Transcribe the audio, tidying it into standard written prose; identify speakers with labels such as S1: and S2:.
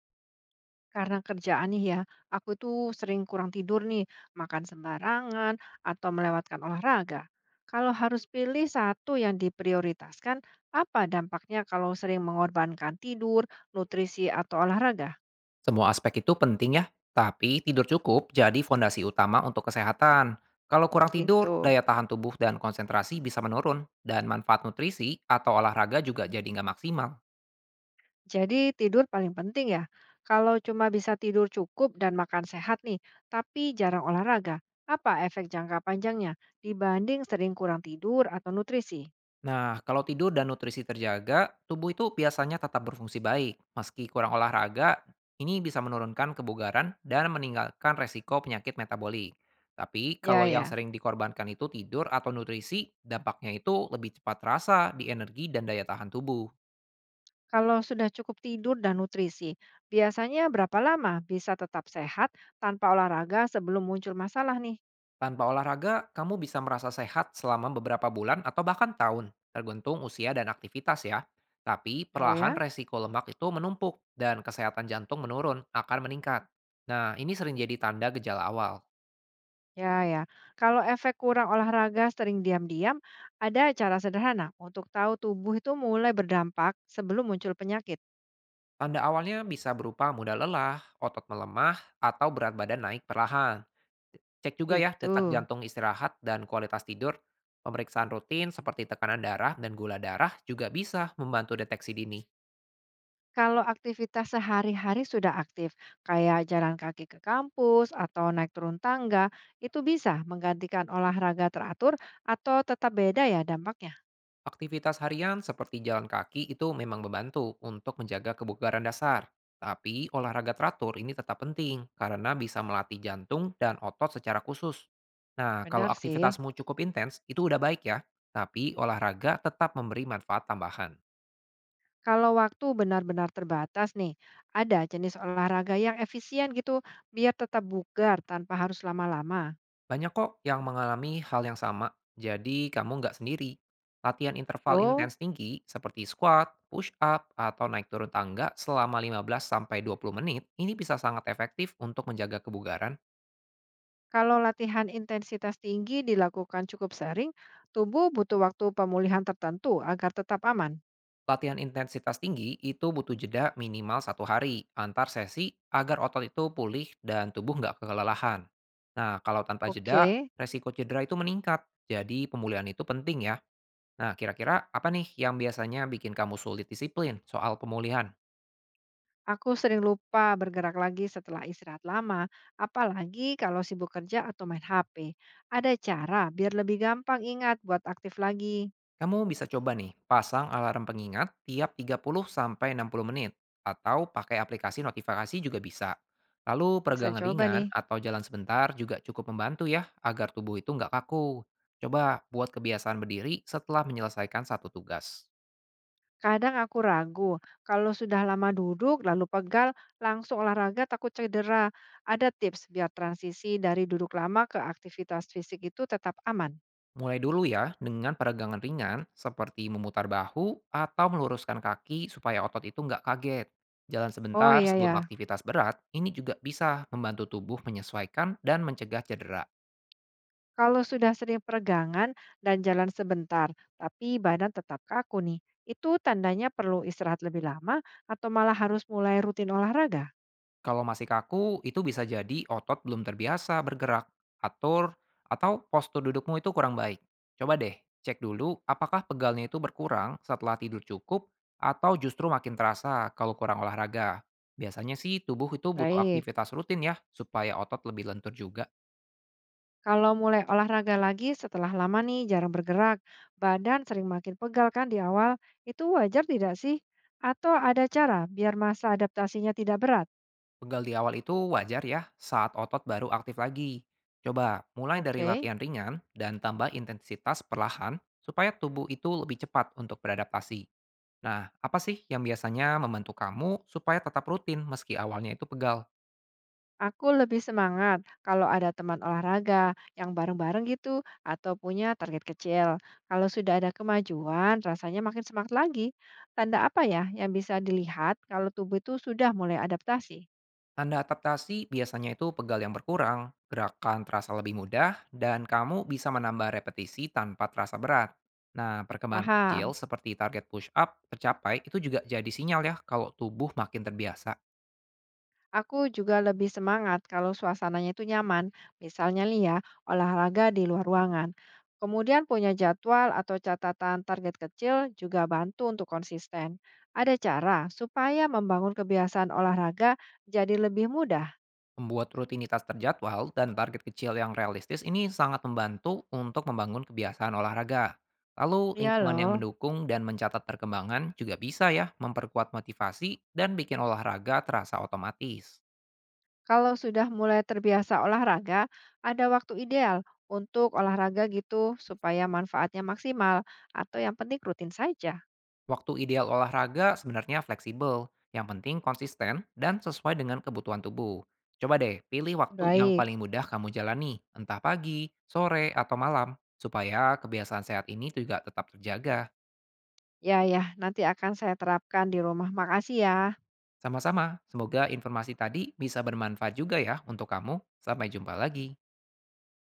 S1: Karena kerjaan nih ya, aku tuh sering kurang tidur nih, makan sembarangan, atau melewatkan olahraga. Kalau harus pilih satu yang diprioritaskan, apa dampaknya kalau sering mengorbankan tidur, nutrisi, atau olahraga?
S2: Semua aspek itu penting ya, tapi tidur cukup jadi fondasi utama untuk kesehatan. Kalau kurang tidur,
S1: Gitu.
S2: daya tahan tubuh dan konsentrasi bisa menurun, dan manfaat nutrisi atau olahraga juga jadi nggak maksimal.
S1: Jadi tidur paling penting ya. Kalau cuma bisa tidur cukup dan makan sehat nih, tapi jarang olahraga, apa efek jangka panjangnya dibanding sering kurang tidur atau nutrisi?
S2: Nah, kalau tidur dan nutrisi terjaga, tubuh itu biasanya tetap berfungsi baik. Meski kurang olahraga, ini bisa menurunkan kebugaran dan meninggalkan resiko penyakit metabolik. Tapi
S1: Ya
S2: kalau yang
S1: ya.
S2: sering dikorbankan itu tidur atau nutrisi, dampaknya itu lebih cepat terasa di energi dan daya tahan tubuh.
S1: Kalau sudah cukup tidur dan nutrisi, biasanya berapa lama bisa tetap sehat tanpa olahraga sebelum muncul masalah nih?
S2: Tanpa olahraga, kamu bisa merasa sehat selama beberapa bulan atau bahkan tahun, tergantung usia dan aktivitas ya. Tapi
S1: Oh
S2: perlahan
S1: ya?
S2: resiko lemak itu menumpuk dan kesehatan jantung menurun akan meningkat. Nah, ini sering jadi tanda gejala awal.
S1: Ya ya. Kalau efek kurang olahraga sering diam-diam, ada cara sederhana untuk tahu tubuh itu mulai berdampak sebelum muncul penyakit.
S2: Tanda awalnya bisa berupa mudah lelah, otot melemah, atau berat badan naik perlahan. Cek juga ya detak
S1: Gitu.
S2: jantung istirahat dan kualitas tidur. Pemeriksaan rutin seperti tekanan darah dan gula darah juga bisa membantu deteksi dini.
S1: Kalau aktivitas sehari-hari sudah aktif, kayak jalan kaki ke kampus atau naik turun tangga, itu bisa menggantikan olahraga teratur atau tetap beda ya dampaknya.
S2: Aktivitas harian seperti jalan kaki itu memang membantu untuk menjaga kebugaran dasar. Tapi olahraga teratur ini tetap penting karena bisa melatih jantung dan otot secara khusus. Nah, kalau
S1: Benar sih.
S2: aktivitasmu cukup intens, itu udah baik ya. Tapi olahraga tetap memberi manfaat tambahan.
S1: Kalau waktu benar-benar terbatas nih, ada jenis olahraga yang efisien gitu biar tetap bugar tanpa harus lama-lama.
S2: Banyak kok yang mengalami hal yang sama, jadi kamu nggak sendiri. Latihan interval
S1: Oh,
S2: intens tinggi seperti squat, push up, atau naik turun tangga selama 15-20 menit ini bisa sangat efektif untuk menjaga kebugaran.
S1: kalau latihan intensitas tinggi dilakukan cukup sering, tubuh butuh waktu pemulihan tertentu agar tetap aman.
S2: Latihan intensitas tinggi itu butuh jeda minimal satu hari antar sesi agar otot itu pulih dan tubuh nggak kelelahan. Nah, kalau tanpa jeda,
S1: Oke,
S2: resiko cedera itu meningkat. Jadi pemulihan itu penting ya. Nah, kira-kira apa nih yang biasanya bikin kamu sulit disiplin soal pemulihan?
S1: aku sering lupa bergerak lagi setelah istirahat lama, apalagi kalau sibuk kerja atau main HP. Ada cara biar lebih gampang ingat buat aktif lagi.
S2: Kamu bisa coba nih, pasang alarm pengingat tiap 30 sampai 60 menit atau pakai aplikasi notifikasi juga bisa. Lalu
S1: Bisa
S2: peregangan
S1: dicoba
S2: ringan
S1: nih.
S2: atau jalan sebentar juga cukup membantu ya agar tubuh itu nggak kaku. Coba buat kebiasaan berdiri setelah menyelesaikan satu tugas.
S1: Kadang aku ragu, kalau sudah lama duduk lalu pegal, langsung olahraga takut cedera. Ada tips biar transisi dari duduk lama ke aktivitas fisik itu tetap aman?
S2: Mulai dulu ya dengan peregangan ringan seperti memutar bahu atau meluruskan kaki supaya otot itu nggak kaget. Jalan
S1: Oh
S2: sebentar
S1: iya
S2: sebelum
S1: ya,
S2: aktivitas berat ini juga bisa membantu tubuh menyesuaikan dan mencegah cedera.
S1: kalau sudah sering peregangan dan jalan sebentar, tapi badan tetap kaku nih, itu tandanya perlu istirahat lebih lama atau malah harus mulai rutin olahraga?
S2: Kalau masih kaku, itu bisa jadi otot belum terbiasa bergerak, atur, atau postur dudukmu itu kurang baik. Coba deh, cek dulu apakah pegalnya itu berkurang setelah tidur cukup atau justru makin terasa kalau kurang olahraga. Biasanya sih tubuh itu butuh
S1: Baik.
S2: aktivitas rutin ya, supaya otot lebih lentur juga.
S1: Kalau mulai olahraga lagi setelah lama nih jarang bergerak, badan sering makin pegal kan di awal, itu wajar tidak sih? Atau ada cara biar masa adaptasinya tidak berat?
S2: Pegal di awal itu wajar ya, saat otot baru aktif lagi. Coba mulai dari
S1: Oke,
S2: latihan ringan dan tambah intensitas perlahan supaya tubuh itu lebih cepat untuk beradaptasi. Nah, apa sih yang biasanya membantu kamu supaya tetap rutin meski awalnya itu pegal?
S1: aku lebih semangat kalau ada teman olahraga yang bareng-bareng gitu atau punya target kecil. Kalau sudah ada kemajuan, rasanya makin semangat lagi. Tanda apa ya yang bisa dilihat kalau tubuh itu sudah mulai adaptasi?
S2: Tanda adaptasi biasanya itu pegal yang berkurang, gerakan terasa lebih mudah, dan kamu bisa menambah repetisi tanpa terasa berat. Nah, perkembangan kecil
S1: Paham.
S2: seperti target push up tercapai itu juga jadi sinyal ya kalau tubuh makin terbiasa.
S1: Aku juga lebih semangat kalau suasananya itu nyaman, misalnya nih ya, olahraga di luar ruangan. Kemudian punya jadwal atau catatan target kecil juga bantu untuk konsisten. Ada cara supaya membangun kebiasaan olahraga jadi lebih mudah.
S2: Membuat rutinitas terjadwal dan target kecil yang realistis ini sangat membantu untuk membangun kebiasaan olahraga. Lalu
S1: Iya
S2: lingkungan yang
S1: loh,
S2: mendukung dan mencatat perkembangan juga bisa ya memperkuat motivasi dan bikin olahraga terasa otomatis.
S1: kalau sudah mulai terbiasa olahraga, ada waktu ideal untuk olahraga gitu supaya manfaatnya maksimal atau yang penting rutin saja.
S2: Waktu ideal olahraga sebenarnya fleksibel, yang penting konsisten dan sesuai dengan kebutuhan tubuh. Coba deh pilih waktu yang
S1: Baik,
S2: paling mudah kamu jalani, entah pagi, sore, atau malam, supaya kebiasaan sehat ini juga tetap terjaga.
S1: ya ya, nanti akan saya terapkan di rumah. Makasih ya.
S2: Sama-sama, semoga informasi tadi bisa bermanfaat juga ya untuk kamu. Sampai jumpa lagi.